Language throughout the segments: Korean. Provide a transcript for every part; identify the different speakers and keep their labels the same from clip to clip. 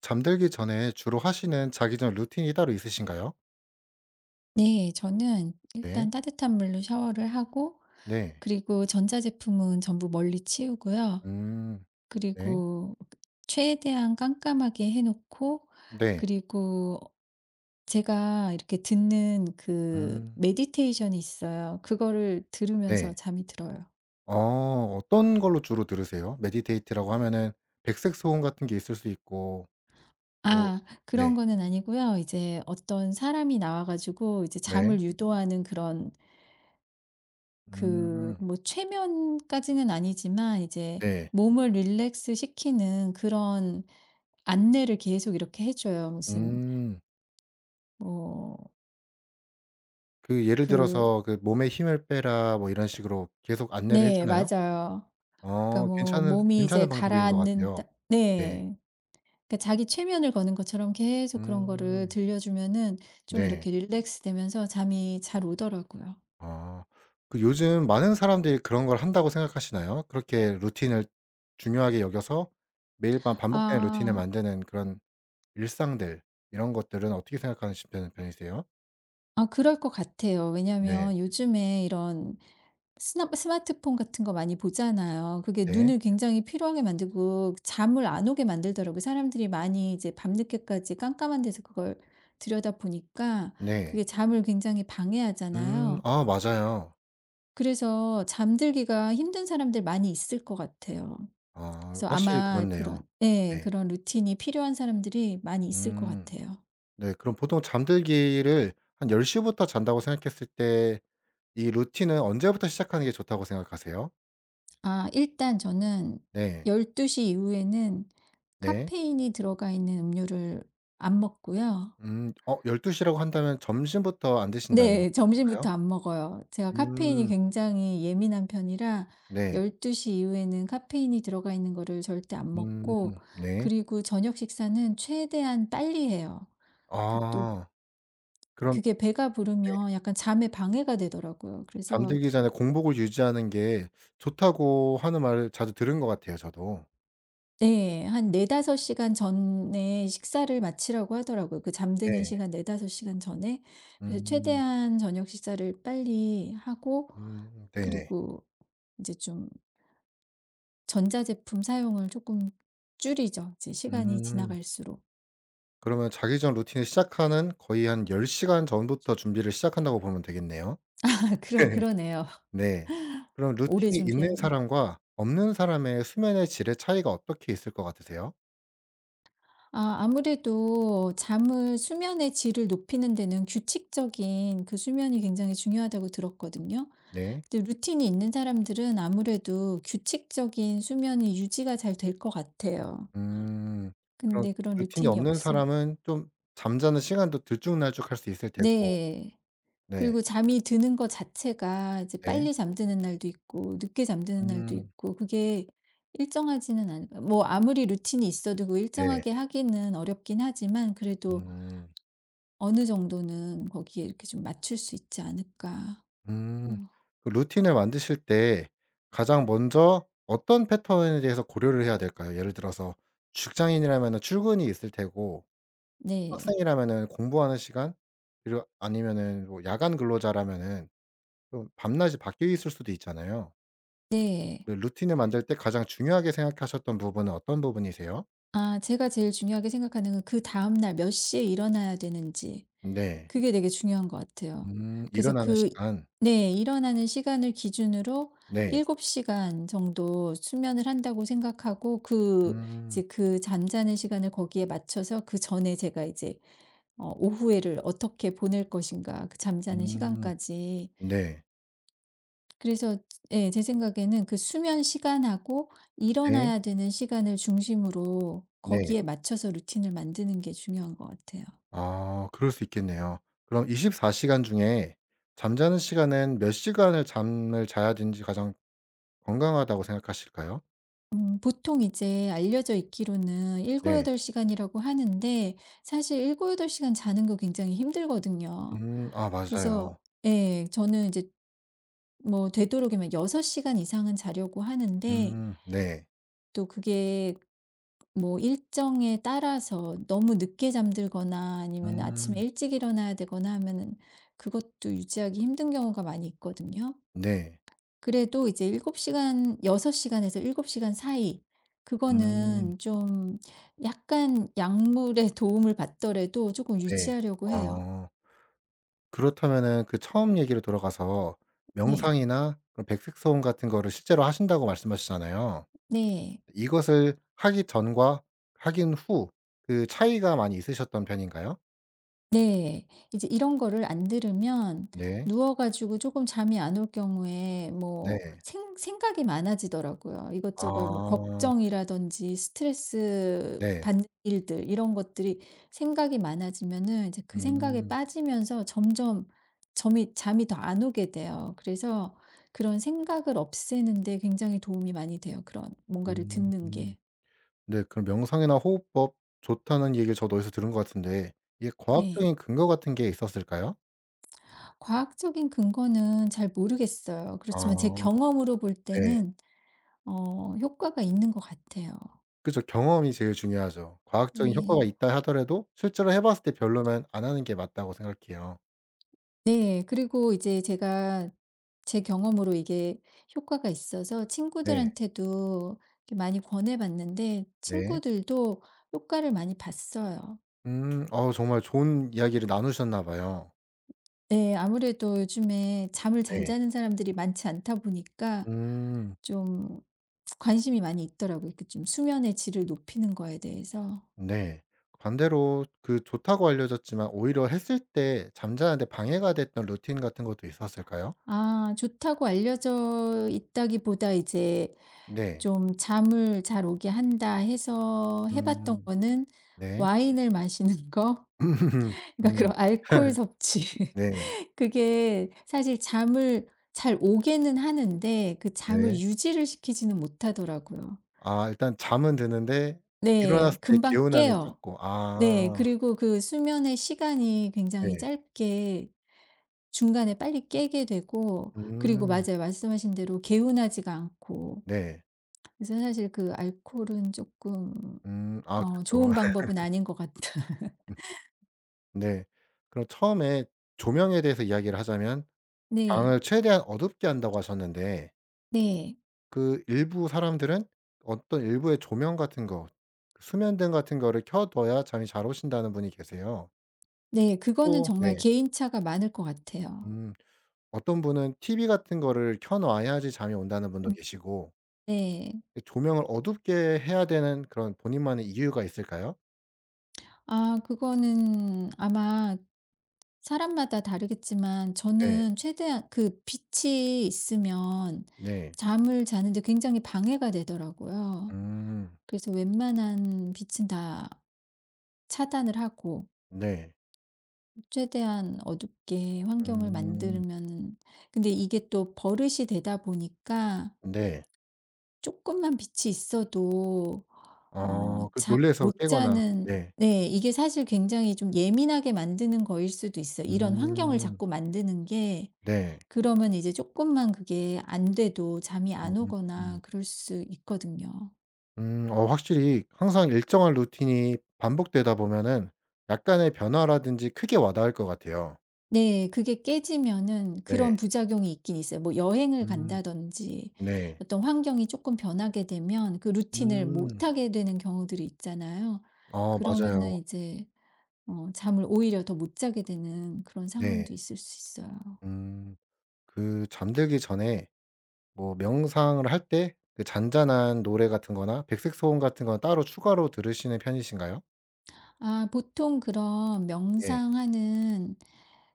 Speaker 1: 잠들기 전에 주로 하시는 자기 전 루틴이 따로 있으신가요?
Speaker 2: 네. 저는
Speaker 1: 네.
Speaker 2: 일단 따뜻한 물로 샤워를 하고
Speaker 1: 네.
Speaker 2: 그리고 전자제품은 전부 멀리 치우고요.
Speaker 1: 음. 네.
Speaker 2: 그리고 최대한 깜깜하게 해 놓고
Speaker 1: 네.
Speaker 2: 그리고 제가 이렇게 듣는 그
Speaker 1: 음.
Speaker 2: 메디테이션이 있어요. 그거를 들으면서
Speaker 1: 네.
Speaker 2: 잠이 들어요.
Speaker 1: 어 어떤 걸로 주로 들으세요? 메디테이트라고 하면은 백색 소음 같은 게 있을 수 있고 뭐.
Speaker 2: 아 그런
Speaker 1: 네.
Speaker 2: 거는 아니고요. 이제 어떤 사람이 나와 가지고 이제
Speaker 1: 네.
Speaker 2: 잠을 유도하는 그런, 그
Speaker 1: 음.
Speaker 2: 뭐 최면까지는 아니지만 이제
Speaker 1: 네.
Speaker 2: 몸을 릴렉스 시키는 그런 안내를 계속 이렇게 해 줘요. 무슨
Speaker 1: 음.
Speaker 2: 뭐
Speaker 1: 그 예를
Speaker 2: 그,
Speaker 1: 들어서 그 "몸에 힘을 빼라." 뭐 이런 식으로 계속 안내를 해
Speaker 2: 네
Speaker 1: 주나요?
Speaker 2: 맞아요. 그러니까
Speaker 1: 어
Speaker 2: 뭐
Speaker 1: 괜찮은
Speaker 2: 몸이 이제
Speaker 1: 괜찮은 방법인 것
Speaker 2: 가라앉는다,
Speaker 1: 같아요. 네.
Speaker 2: 네, 그러니까 자기 최면을 거는 것처럼 계속 그런 거를
Speaker 1: 음.
Speaker 2: 들려 주면은 좀
Speaker 1: 네.
Speaker 2: 이렇게 릴렉스 되면서 잠이 잘 오더라고요.
Speaker 1: 아. 그 요즘 많은 사람들이 그런 걸 한다고 생각하시나요? 그렇게 루틴을 중요하게 여겨서 매일 밤 반복되는 루틴을
Speaker 2: 아,
Speaker 1: 만드는 그런 일상들 이런 것들은 어떻게 생각하시는 편 편이세요?
Speaker 2: 아 그럴 것 같아요.
Speaker 1: 네.
Speaker 2: 왜냐면 요즘에 이런 스나 스마트폰 같은 거 많이 보잖아요. 그게
Speaker 1: 네.
Speaker 2: 눈을 굉장히 피로하게 만들고 잠을 안 오게 만들더라고요. 사람들이 많이 이제 밤늦게까지 깜깜한 데서 그걸 들여다보니까
Speaker 1: 네.
Speaker 2: 그게 잠을 굉장히
Speaker 1: 음.
Speaker 2: 방해하잖아요.
Speaker 1: 아 맞아요.
Speaker 2: 그래서 잠들기가 힘든 사람들 많이 있을 것 같아요.
Speaker 1: 아
Speaker 2: 그래서
Speaker 1: 확실히
Speaker 2: 아마 그런
Speaker 1: 그렇네요.
Speaker 2: 예,
Speaker 1: 네.
Speaker 2: 그런 루틴이 필요한 사람들이 많이 있을 것
Speaker 1: 음.
Speaker 2: 같아요.
Speaker 1: 네 그럼 보통 잠들기를 한 10시 시부터 잔다고 생각했을 때 이 루틴은 언제부터 시작하는 게 좋다고 생각하세요?
Speaker 2: 아 일단 저는
Speaker 1: 네.
Speaker 2: 12시 이후에는
Speaker 1: 네.
Speaker 2: 카페인이 들어가 있는 음료를 안 먹고요.
Speaker 1: 음. 어 12시 시라고 한다면 점심부터 안 드신다는
Speaker 2: 네,
Speaker 1: 건가요?
Speaker 2: 점심부터 안 먹어요. 제가 카페인이
Speaker 1: 음.
Speaker 2: 굉장히 예민한 편이라
Speaker 1: 네.
Speaker 2: 12시 이후에는 카페인이 들어가 있는 거를 절대 안
Speaker 1: 음.
Speaker 2: 먹고,
Speaker 1: 네.
Speaker 2: 그리고 저녁 식사는 최대한 빨리 해요. 그 또
Speaker 1: 아. 그럼.
Speaker 2: 그게 배가
Speaker 1: 네
Speaker 2: 부르면 약간 잠에 방해가 되더라고요. 그래서
Speaker 1: 잠들기 전에 공복을 유지하는 게 좋다고 하는 말을 자주 들은 것 같아요, 저도.
Speaker 2: 네, 한 4~5시간 전에 식사를 마치라고 하더라고요. 그 잠드는
Speaker 1: 네.
Speaker 2: 시간 4~5시간 전에. 그래서
Speaker 1: 음.
Speaker 2: 최대한 저녁 식사를 빨리 하고,
Speaker 1: 음. 네네.
Speaker 2: 그리고 이제 좀 전자제품 사용을 조금 줄이죠, 이제 시간이
Speaker 1: 음.
Speaker 2: 지나갈수록.
Speaker 1: 그러면 자기 전 루틴을 시작하는 거의 한 10시간 시간 전부터 준비를 시작한다고 보면 되겠네요.
Speaker 2: 그러네요.
Speaker 1: 네. 그럼
Speaker 2: 오래
Speaker 1: 루틴이 있는
Speaker 2: 준비하네요.
Speaker 1: 사람과 없는 사람의 수면의 질의 차이가 어떻게 있을 것 같으세요?
Speaker 2: 아 아무래도 잠을, 수면의 질을 높이는 데는 규칙적인 그 수면이 굉장히 중요하다고 들었거든요.
Speaker 1: 네.
Speaker 2: 근데 루틴이 있는 사람들은 아무래도 규칙적인 수면이 유지가 잘 될 것 같아요.
Speaker 1: 음. 그런
Speaker 2: 근데 그런
Speaker 1: 루틴이
Speaker 2: 루틴이
Speaker 1: 없는
Speaker 2: 없으면,
Speaker 1: 사람은 좀 잠자는 시간도 들쭉날쭉할 수 있을 테고.
Speaker 2: 네.
Speaker 1: 네.
Speaker 2: 그리고 잠이 드는 것 자체가 이제
Speaker 1: 네.
Speaker 2: 빨리 잠드는 날도 있고 늦게 잠드는 날도
Speaker 1: 음.
Speaker 2: 있고 그게 일정하지는 않, 뭐 아무리 루틴이 있어도 그
Speaker 1: 네.
Speaker 2: 일정하게 하기는 어렵긴 하지만 그래도
Speaker 1: 음.
Speaker 2: 어느 정도는 거기에 이렇게 좀 맞출 수 있지 않을까.
Speaker 1: 음.
Speaker 2: 음.
Speaker 1: 그 루틴을 만드실 때 가장 먼저 어떤 패턴에 대해서 고려를 해야 될까요? 예를 들어서 직장인이라면은 출근이 있을 테고,
Speaker 2: 네.
Speaker 1: 학생이라면은 공부하는 시간, 그리고 아니면은 뭐 야간 근로자라면은 좀 밤낮이 바뀌어 있을 수도 있잖아요.
Speaker 2: 네.
Speaker 1: 그 루틴을 만들 때 가장 중요하게 생각하셨던 부분은 어떤 부분이세요?
Speaker 2: 아 제가 제일 중요하게 생각하는 건 그다음 날 몇 시에 일어나야 되는지,
Speaker 1: 네.
Speaker 2: 그게 되게 중요한 것 같아요. 그래서
Speaker 1: 일어나는
Speaker 2: 그,
Speaker 1: 시간.
Speaker 2: 네 일어나는 시간을 기준으로
Speaker 1: 네.
Speaker 2: 7시간 시간 정도 수면을 한다고 생각하고, 그
Speaker 1: 음.
Speaker 2: 이제 그 잠자는 시간을 거기에 맞춰서 그전에 제가 이제 어 오후에를 어떻게 보낼 것인가 그 잠자는
Speaker 1: 음.
Speaker 2: 시간까지.
Speaker 1: 네.
Speaker 2: 그래서 예 제 생각에는 그 수면 시간하고
Speaker 1: 네.
Speaker 2: 일어나야 되는 시간을 중심으로
Speaker 1: 네.
Speaker 2: 거기에 맞춰서 루틴을 만드는 게 중요한 것 같아요.
Speaker 1: 아 그럴 수 있겠네요. 그럼 24시간 시간 중에 잠자는 시간은 몇 시간을 잠을 자야 되는지 가장 건강하다고 생각하실까요?
Speaker 2: 보통 이제 알려져 있기로는 일곱,
Speaker 1: 네.
Speaker 2: 여덟 시간이라고 하는데 사실 7, 8시간 자는 거 굉장히 힘들거든요.
Speaker 1: 아
Speaker 2: 그래서
Speaker 1: 맞아요.
Speaker 2: 예 저는 이제 뭐 되도록이면 6시간 이상은 자려고 하는데
Speaker 1: 네.
Speaker 2: 또 그게 뭐 일정에 따라서 너무 늦게 잠들거나 아니면 아침에
Speaker 1: 음
Speaker 2: 일찍 일어나야 되거나 하면은 그것도 유지하기 힘든 경우가 많이 있거든요.
Speaker 1: 네.
Speaker 2: 그래도 이제 7시간, 6시간 시간에서 7시간 시간 사이,
Speaker 1: 음
Speaker 2: 그거는 좀 약간 약물의 도움을 받더라도 조금
Speaker 1: 네.
Speaker 2: 유지하려고 해요.
Speaker 1: 아 그렇다면은 그 처음 얘기로 돌아가서
Speaker 2: 네.
Speaker 1: 명상이나 그런 백색소음 같은 거를 실제로 하신다고 말씀하시잖아요.
Speaker 2: 네.
Speaker 1: 이것을 하기 전과 하긴 후 그 차이가 많이 있으셨던 편인가요?
Speaker 2: 네. 이제 이런 거를 안 들으면
Speaker 1: 네.
Speaker 2: 누워 가지고 조금 잠이 안 올 경우에 뭐
Speaker 1: 네.
Speaker 2: 생 생각이 많아지더라고요. 이것저것 뭐
Speaker 1: 아
Speaker 2: 걱정이라든지 스트레스
Speaker 1: 네.
Speaker 2: 받는 일들 이런 것들이, 생각이 많아지면은 이제 그 생각에
Speaker 1: 음.
Speaker 2: 빠지면서 점점 점이 잠이 더 안 오게 돼요. 그래서 그런 생각을 없애는 데 굉장히 도움이 많이 돼요, 그런 뭔가를 듣는
Speaker 1: 음.
Speaker 2: 게.
Speaker 1: 네 그럼 명상이나 호흡법 좋다는 얘기를 저도 어디서 들은 것 같은데 이게
Speaker 2: 네.
Speaker 1: 과학적인 근거 같은 게 있었을까요?
Speaker 2: 과학적인 근거는 잘 모르겠어요. 그렇지만 제
Speaker 1: 아
Speaker 2: 경험으로 볼
Speaker 1: 네.
Speaker 2: 때는 어 효과가 있는 것 같아요.
Speaker 1: 그죠. 경험이 제일 중요하죠. 과학적인 효과가
Speaker 2: 네.
Speaker 1: 있다 하더라도 실제로 해 봤을 때 별로면 안 하는 게 맞다고 생각해요.
Speaker 2: 네. 그리고 이제 제가 제 경험으로 이게 효과가 있어서
Speaker 1: 네.
Speaker 2: 친구들한테도 이렇게 많이 권해 봤는데
Speaker 1: 네.
Speaker 2: 친구들도 효과를 많이 봤어요.
Speaker 1: 음. 어 정말 좋은 이야기를 나누셨나 봐요.
Speaker 2: 네. 아무래도 요즘에 잠을 잘
Speaker 1: 네.
Speaker 2: 자는 사람들이 많지 않다 보니까
Speaker 1: 음.
Speaker 2: 좀 관심이 많이 있더라고요, 이렇게 좀 수면의 질을 높이는 거에 대해서.
Speaker 1: 네. 반대로 그 좋다고 알려졌지만 오히려 했을 때 잠자는 데 방해가 됐던 루틴 같은 것도 있었을까요?
Speaker 2: 아 좋다고 알려져 있다기보다 이제
Speaker 1: 네.
Speaker 2: 좀 잠을 잘 오게 한다 해서 해 봤던
Speaker 1: 음.
Speaker 2: 거는
Speaker 1: 네.
Speaker 2: 와인을 마시는 거. 그러니까
Speaker 1: 음.
Speaker 2: 그런 알코올 섭취.
Speaker 1: 네.
Speaker 2: 그게 사실 잠을 잘 오게는 하는데 그 잠을
Speaker 1: 네.
Speaker 2: 유지를 시키지는 못하더라고요.
Speaker 1: 아 일단 잠은 드는데
Speaker 2: 네,
Speaker 1: 일어났을 때
Speaker 2: 금방
Speaker 1: 개운함이
Speaker 2: 깨요.
Speaker 1: 적고.
Speaker 2: 네.
Speaker 1: 아.
Speaker 2: 그리고 그 수면의 시간이 굉장히
Speaker 1: 네.
Speaker 2: 짧게, 중간에 빨리 깨게 되고 그리고
Speaker 1: 음.
Speaker 2: 맞아요. 말씀하신 대로 개운하지가 않고,
Speaker 1: 네.
Speaker 2: 그래서 사실 그 알코올은 조금
Speaker 1: 음. 아
Speaker 2: 어
Speaker 1: 그쵸.
Speaker 2: 좋은 방법은 아닌 것 같다.
Speaker 1: 네. 그럼 처음에 조명에 대해서 이야기를 하자면
Speaker 2: 네.
Speaker 1: 방을 최대한 어둡게 한다고 하셨는데
Speaker 2: 네.
Speaker 1: 그 일부 사람들은 어떤 일부의 조명 같은 거 그 수면등 같은 거를 켜 둬야 잠이 잘 오신다는 분이 계세요.
Speaker 2: 네, 그거는
Speaker 1: 어.
Speaker 2: 정말
Speaker 1: 네.
Speaker 2: 개인차가 많을 것 같아요.
Speaker 1: 음. 어떤 분은 TV 같은 거를 켜 놔야지 잠이 온다는 분도
Speaker 2: 음.
Speaker 1: 계시고
Speaker 2: 네.
Speaker 1: 이 조명을 어둡게 해야 되는 그런 본인만의 이유가 있을까요?
Speaker 2: 아 그거는 아마 사람마다 다르겠지만
Speaker 1: 네.
Speaker 2: 저는 최대한 그 빛이 있으면
Speaker 1: 네.
Speaker 2: 잠을 자는데 굉장히 방해가 되더라고요.
Speaker 1: 음.
Speaker 2: 그래서 웬만한 빛은 다 차단을 하고
Speaker 1: 네.
Speaker 2: 최대한 어둡게 환경을 만들
Speaker 1: 음.
Speaker 2: 면 근데 이게 또 버릇이 되다 보니까
Speaker 1: 네.
Speaker 2: 조금만 빛이 있어도 어
Speaker 1: 어 그
Speaker 2: 잠
Speaker 1: 놀라서
Speaker 2: 못
Speaker 1: 깨거나
Speaker 2: 자는,
Speaker 1: 네.
Speaker 2: 네 이게 사실 굉장히 좀 예민하게 만드는 거일 수도 있어요, 이런 환경을
Speaker 1: 음.
Speaker 2: 자꾸 만드는 게.
Speaker 1: 네.
Speaker 2: 그러면 이제 조금만 그게 안 돼도 잠이
Speaker 1: 음.
Speaker 2: 안 오거나
Speaker 1: 음.
Speaker 2: 그럴 수 있거든요.
Speaker 1: 어 확실히 항상 일정한 루틴이 반복되다 보면은 약간의 변화라든지 크게 와닿을 것 같아요.
Speaker 2: 네, 그게 깨지면은 그런
Speaker 1: 네.
Speaker 2: 부작용이 있긴 있어요. 뭐 여행을
Speaker 1: 음
Speaker 2: 간다든지
Speaker 1: 네.
Speaker 2: 어떤 환경이 조금 변하게 되면 그 루틴을
Speaker 1: 음.
Speaker 2: 못하게 되는 경우들이 있잖아요.
Speaker 1: 어
Speaker 2: 그러면은
Speaker 1: 맞아요.
Speaker 2: 이제 어 잠을 오히려 더 못 자게 되는 그런
Speaker 1: 네.
Speaker 2: 상황도 있을 수 있어요.
Speaker 1: 음 그 잠들기 전에 뭐 명상을 할 때 그 잔잔한 노래 같은 거나 백색 소음 같은 건 따로 추가로 들으시는 편이신가요?
Speaker 2: 아 보통 그런
Speaker 1: 네.
Speaker 2: 명상하는,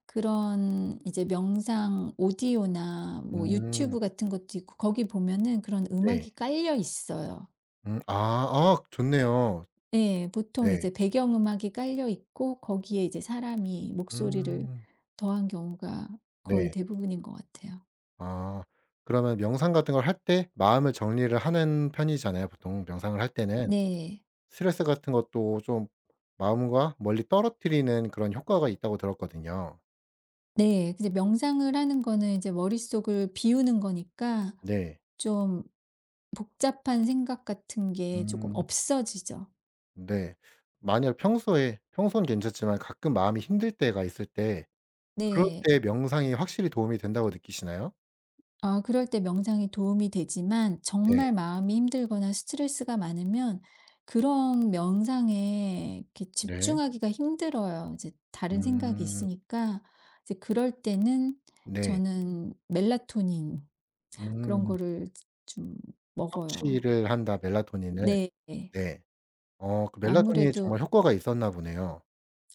Speaker 2: 그런 이제 명상 오디오나 뭐
Speaker 1: 음
Speaker 2: 유튜브 같은 것도 있고 거기 보면은 그런
Speaker 1: 네.
Speaker 2: 음악이 깔려 있어요.
Speaker 1: 아 아 좋네요.
Speaker 2: 네. 보통
Speaker 1: 네.
Speaker 2: 이제 배경 음악이 깔려 있고 거기에 이제 사람이 목소리를
Speaker 1: 음
Speaker 2: 더한 경우가 거의
Speaker 1: 네.
Speaker 2: 대부분인 것 같아요.
Speaker 1: 아. 그러면 명상 같은 걸 할 때 마음을 정리를 하는 편이잖아요. 보통 명상을 할 네. 때는
Speaker 2: 네.
Speaker 1: 스트레스 같은 것도 좀 마음과 멀리 떨어뜨리는 그런 효과가 있다고 들었거든요.
Speaker 2: 네. 근데 명상을 하는 거는 이제 머릿속을 비우는 거니까
Speaker 1: 네.
Speaker 2: 좀 복잡한 생각 같은 게 조금
Speaker 1: 음
Speaker 2: 없어지죠.
Speaker 1: 네. 만약 평소에 평소는 괜찮지만 가끔 마음이 힘들 때가 있을 때 그럴
Speaker 2: 네.
Speaker 1: 때 명상이 확실히 도움이 된다고 느끼시나요?
Speaker 2: 아 그럴 때 명상이 도움이 되지만 정말
Speaker 1: 네.
Speaker 2: 마음이 힘들거나 스트레스가 많으면 그런 명상에 이렇게
Speaker 1: 네.
Speaker 2: 집중하기가 힘들어요, 이제 다른 생각이
Speaker 1: 음.
Speaker 2: 있으니까. 이제 그럴 때는
Speaker 1: 네.
Speaker 2: 저는 멜라토닌 그런
Speaker 1: 음.
Speaker 2: 거를 좀 먹어요.
Speaker 1: 섭취를 한다 멜라토닌을.
Speaker 2: 네.
Speaker 1: 네. 어 그 멜라토닌이
Speaker 2: 아무래도
Speaker 1: 정말 효과가 있었나 보네요.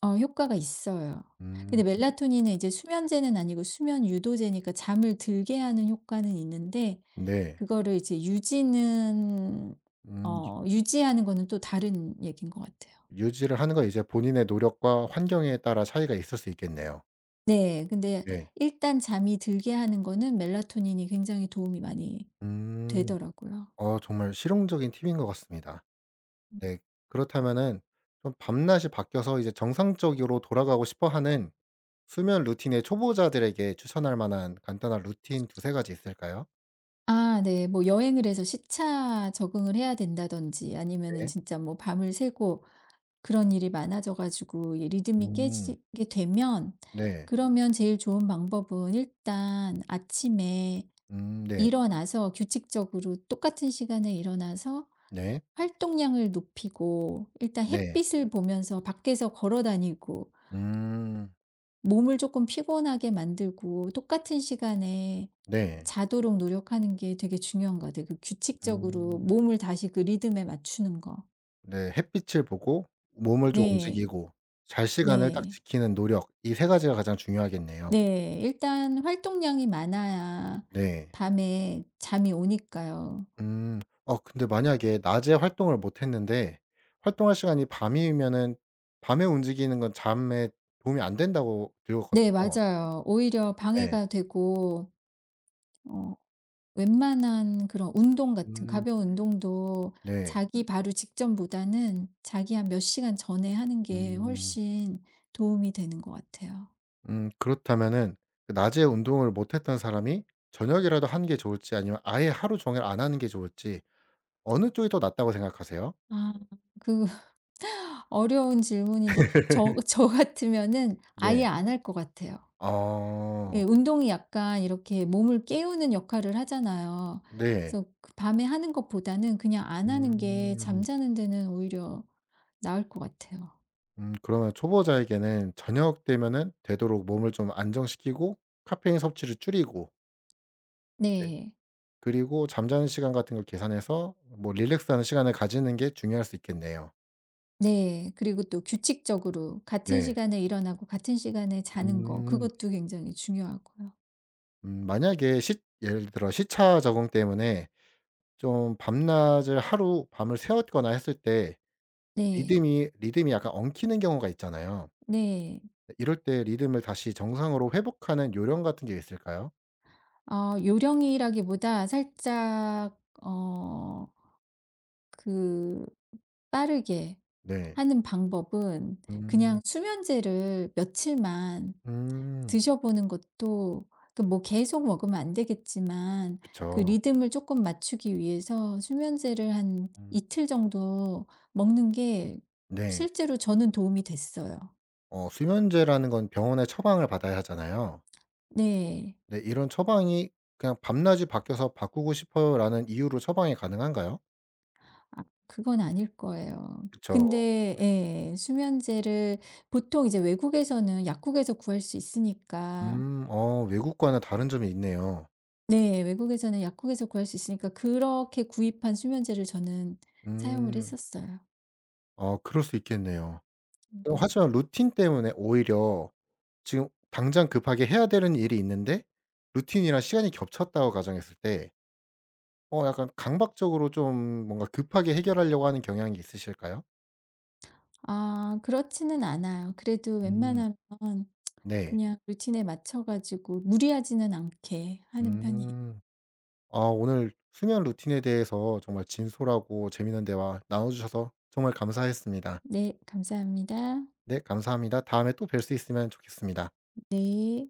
Speaker 2: 어 효과가 있어요. 근데
Speaker 1: 음
Speaker 2: 멜라토닌은 이제 수면제는 아니고 수면 유도제니까 잠을 들게 하는 효과는 있는데
Speaker 1: 네.
Speaker 2: 그거를 이제 유지는,
Speaker 1: 유
Speaker 2: 어 유지하는 거는 또 다른 얘기인 것 같아요.
Speaker 1: 유지를 하는 건 이제 본인의 노력과 환경에 따라 차이가 있을 수 있겠네요.
Speaker 2: 네. 근데
Speaker 1: 네.
Speaker 2: 일단 잠이 들게 하는 거는 멜라토닌이 굉장히 도움이 많이
Speaker 1: 음.
Speaker 2: 되더라고요.
Speaker 1: 어 정말 실용적인 팁인 것 같습니다. 네. 그렇다면은 좀 밤낮이 바뀌어서 이제 정상적으로 돌아가고 싶어 하는 수면 루틴의 초보자들에게 추천할 만한 간단한 루틴 두세 가지 있을까요?
Speaker 2: 아 네. 뭐 여행을 해서 시차 적응을 해야 된다든지 아니면은
Speaker 1: 네.
Speaker 2: 진짜 뭐 밤을 새고 그런 일이 많아져 가지고 이 리듬이
Speaker 1: 음.
Speaker 2: 깨지게 되면,
Speaker 1: 네.
Speaker 2: 그러면 제일 좋은 방법은 일단 아침에
Speaker 1: 네.
Speaker 2: 일어나서 규칙적으로 똑같은 시간에 일어나서
Speaker 1: 네.
Speaker 2: 활동량을 높이고, 일단
Speaker 1: 네.
Speaker 2: 햇빛을 보면서 밖에서 걸어 다니고
Speaker 1: 음.
Speaker 2: 몸을 조금 피곤하게 만들고 똑같은 시간에
Speaker 1: 네.
Speaker 2: 자도록 노력하는 게 되게 중요한 것 같아요. 그 규칙적으로
Speaker 1: 음.
Speaker 2: 몸을 다시 그 리듬에 맞추는 거.
Speaker 1: 네. 햇빛을 보고 몸을 좀
Speaker 2: 네.
Speaker 1: 움직이고 잘 시간을 딱
Speaker 2: 네.
Speaker 1: 지키는 노력, 이 세 가지가 가장 중요하겠네요.
Speaker 2: 네, 일단 활동량이 많아야
Speaker 1: 네.
Speaker 2: 밤에 잠이 오니까요.
Speaker 1: 음. 어 근데 만약에 낮에 활동을 못 했는데 활동할 시간이 밤이면은 밤에 움직이는 건 잠에 도움이 안 된다고 들었거든요.
Speaker 2: 네 맞아요. 오히려
Speaker 1: 네.
Speaker 2: 방해가 되고, 어 웬만한 그런 운동 같은,
Speaker 1: 음.
Speaker 2: 가벼운 운동도
Speaker 1: 네.
Speaker 2: 자기 바로 직전보다는 자기 한 몇 시간 전에 하는 게
Speaker 1: 음.
Speaker 2: 훨씬 도움이 되는 것 같아요.
Speaker 1: 그렇다면은 그 낮에 운동을 못 했던 사람이 저녁이라도 하는 게 좋을지 아니면 아예 하루 종일 안 하는 게 좋을지 어느 쪽이 더 낫다고 생각하세요?
Speaker 2: 아, 그 어려운 질문인데 저 같으면은 아예
Speaker 1: 네.
Speaker 2: 안 할 것 같아요. 예
Speaker 1: 아
Speaker 2: 운동이 약간 이렇게 몸을 깨우는 역할을 하잖아요.
Speaker 1: 네.
Speaker 2: 그래서 그 밤에 하는 것보다는 그냥 안 하는 게
Speaker 1: 음.
Speaker 2: 잠자는 데는 오히려 나을 것 같아요.
Speaker 1: 그러면 초보자에게는 저녁 되면은 되도록 몸을 좀 안정시키고 카페인 섭취를 줄이고 네.
Speaker 2: 네.
Speaker 1: 그리고 잠자는 시간 같은 걸 계산해서 뭐 릴렉스하는 시간을 가지는 게 중요할 수 있겠네요.
Speaker 2: 네, 그리고 또 규칙적으로 같은
Speaker 1: 네.
Speaker 2: 시간에 일어나고 같은 시간에 자는 거
Speaker 1: 음.
Speaker 2: 그것도 굉장히 중요하고요.
Speaker 1: 만약에 시 예를 들어 시차 적응 때문에 좀 밤낮을 하루 밤을 새웠거나 했을 때
Speaker 2: 네.
Speaker 1: 리듬이 약간 엉키는 경우가 있잖아요.
Speaker 2: 네.
Speaker 1: 이럴 때 리듬을 다시 정상으로 회복하는 요령 같은 게 있을까요?
Speaker 2: 어 요령이라기보다 살짝 어, 그 빠르게
Speaker 1: 네.
Speaker 2: 하는 방법은 그냥
Speaker 1: 음.
Speaker 2: 수면제를 며칠만
Speaker 1: 음.
Speaker 2: 드셔보는 것도, 그 뭐 계속 먹으면 안 되겠지만 그
Speaker 1: 그쵸.
Speaker 2: 리듬을 조금 맞추기 위해서 수면제를 한
Speaker 1: 음.
Speaker 2: 이틀 정도 먹는 게,
Speaker 1: 네.
Speaker 2: 실제로 저는 도움이 됐어요.
Speaker 1: 어 수면제라는 건 병원에 처방을 받아야 하잖아요.
Speaker 2: 네.
Speaker 1: 네 이런 처방이 그냥 '밤낮이 바뀌어서 바꾸고 싶어요.'라는 이유로 처방이 가능한가요?
Speaker 2: 아 그건 아닐 거예요.
Speaker 1: 그쵸.
Speaker 2: 근데 예 수면제를 보통 이제 외국에서는 약국에서 구할 수 있으니까,
Speaker 1: 음. 어 외국과는 다른 점이 있네요.
Speaker 2: 네 외국에서는 약국에서 구할 수 있으니까 그렇게 구입한 수면제를 저는 사용을
Speaker 1: 음.
Speaker 2: 했었어요.
Speaker 1: 어 그럴 수 있겠네요. 어
Speaker 2: 음.
Speaker 1: 하지만 루틴 때문에 오히려 지금 당장 급하게 해야 되는 일이 있는데 루틴이랑 시간이 겹쳤다고 가정했을 때 어 약간 강박적으로 좀 뭔가 급하게 해결하려고 하는 경향이 있으실까요?
Speaker 2: 아 그렇지는 않아요. 그래도
Speaker 1: 음
Speaker 2: 웬만하면
Speaker 1: 네.
Speaker 2: 그냥 루틴에 맞춰 가지고 무리하지는 않게 하는 편이에요.
Speaker 1: 음. 아 오늘 수면 루틴에 대해서 정말 진솔하고 재미있는 대화 나눠 주셔서 정말 감사했습니다.
Speaker 2: 네 감사합니다.
Speaker 1: 네 감사합니다. 다음에 또 뵐 수 있으면 좋겠습니다. 네.
Speaker 2: 네.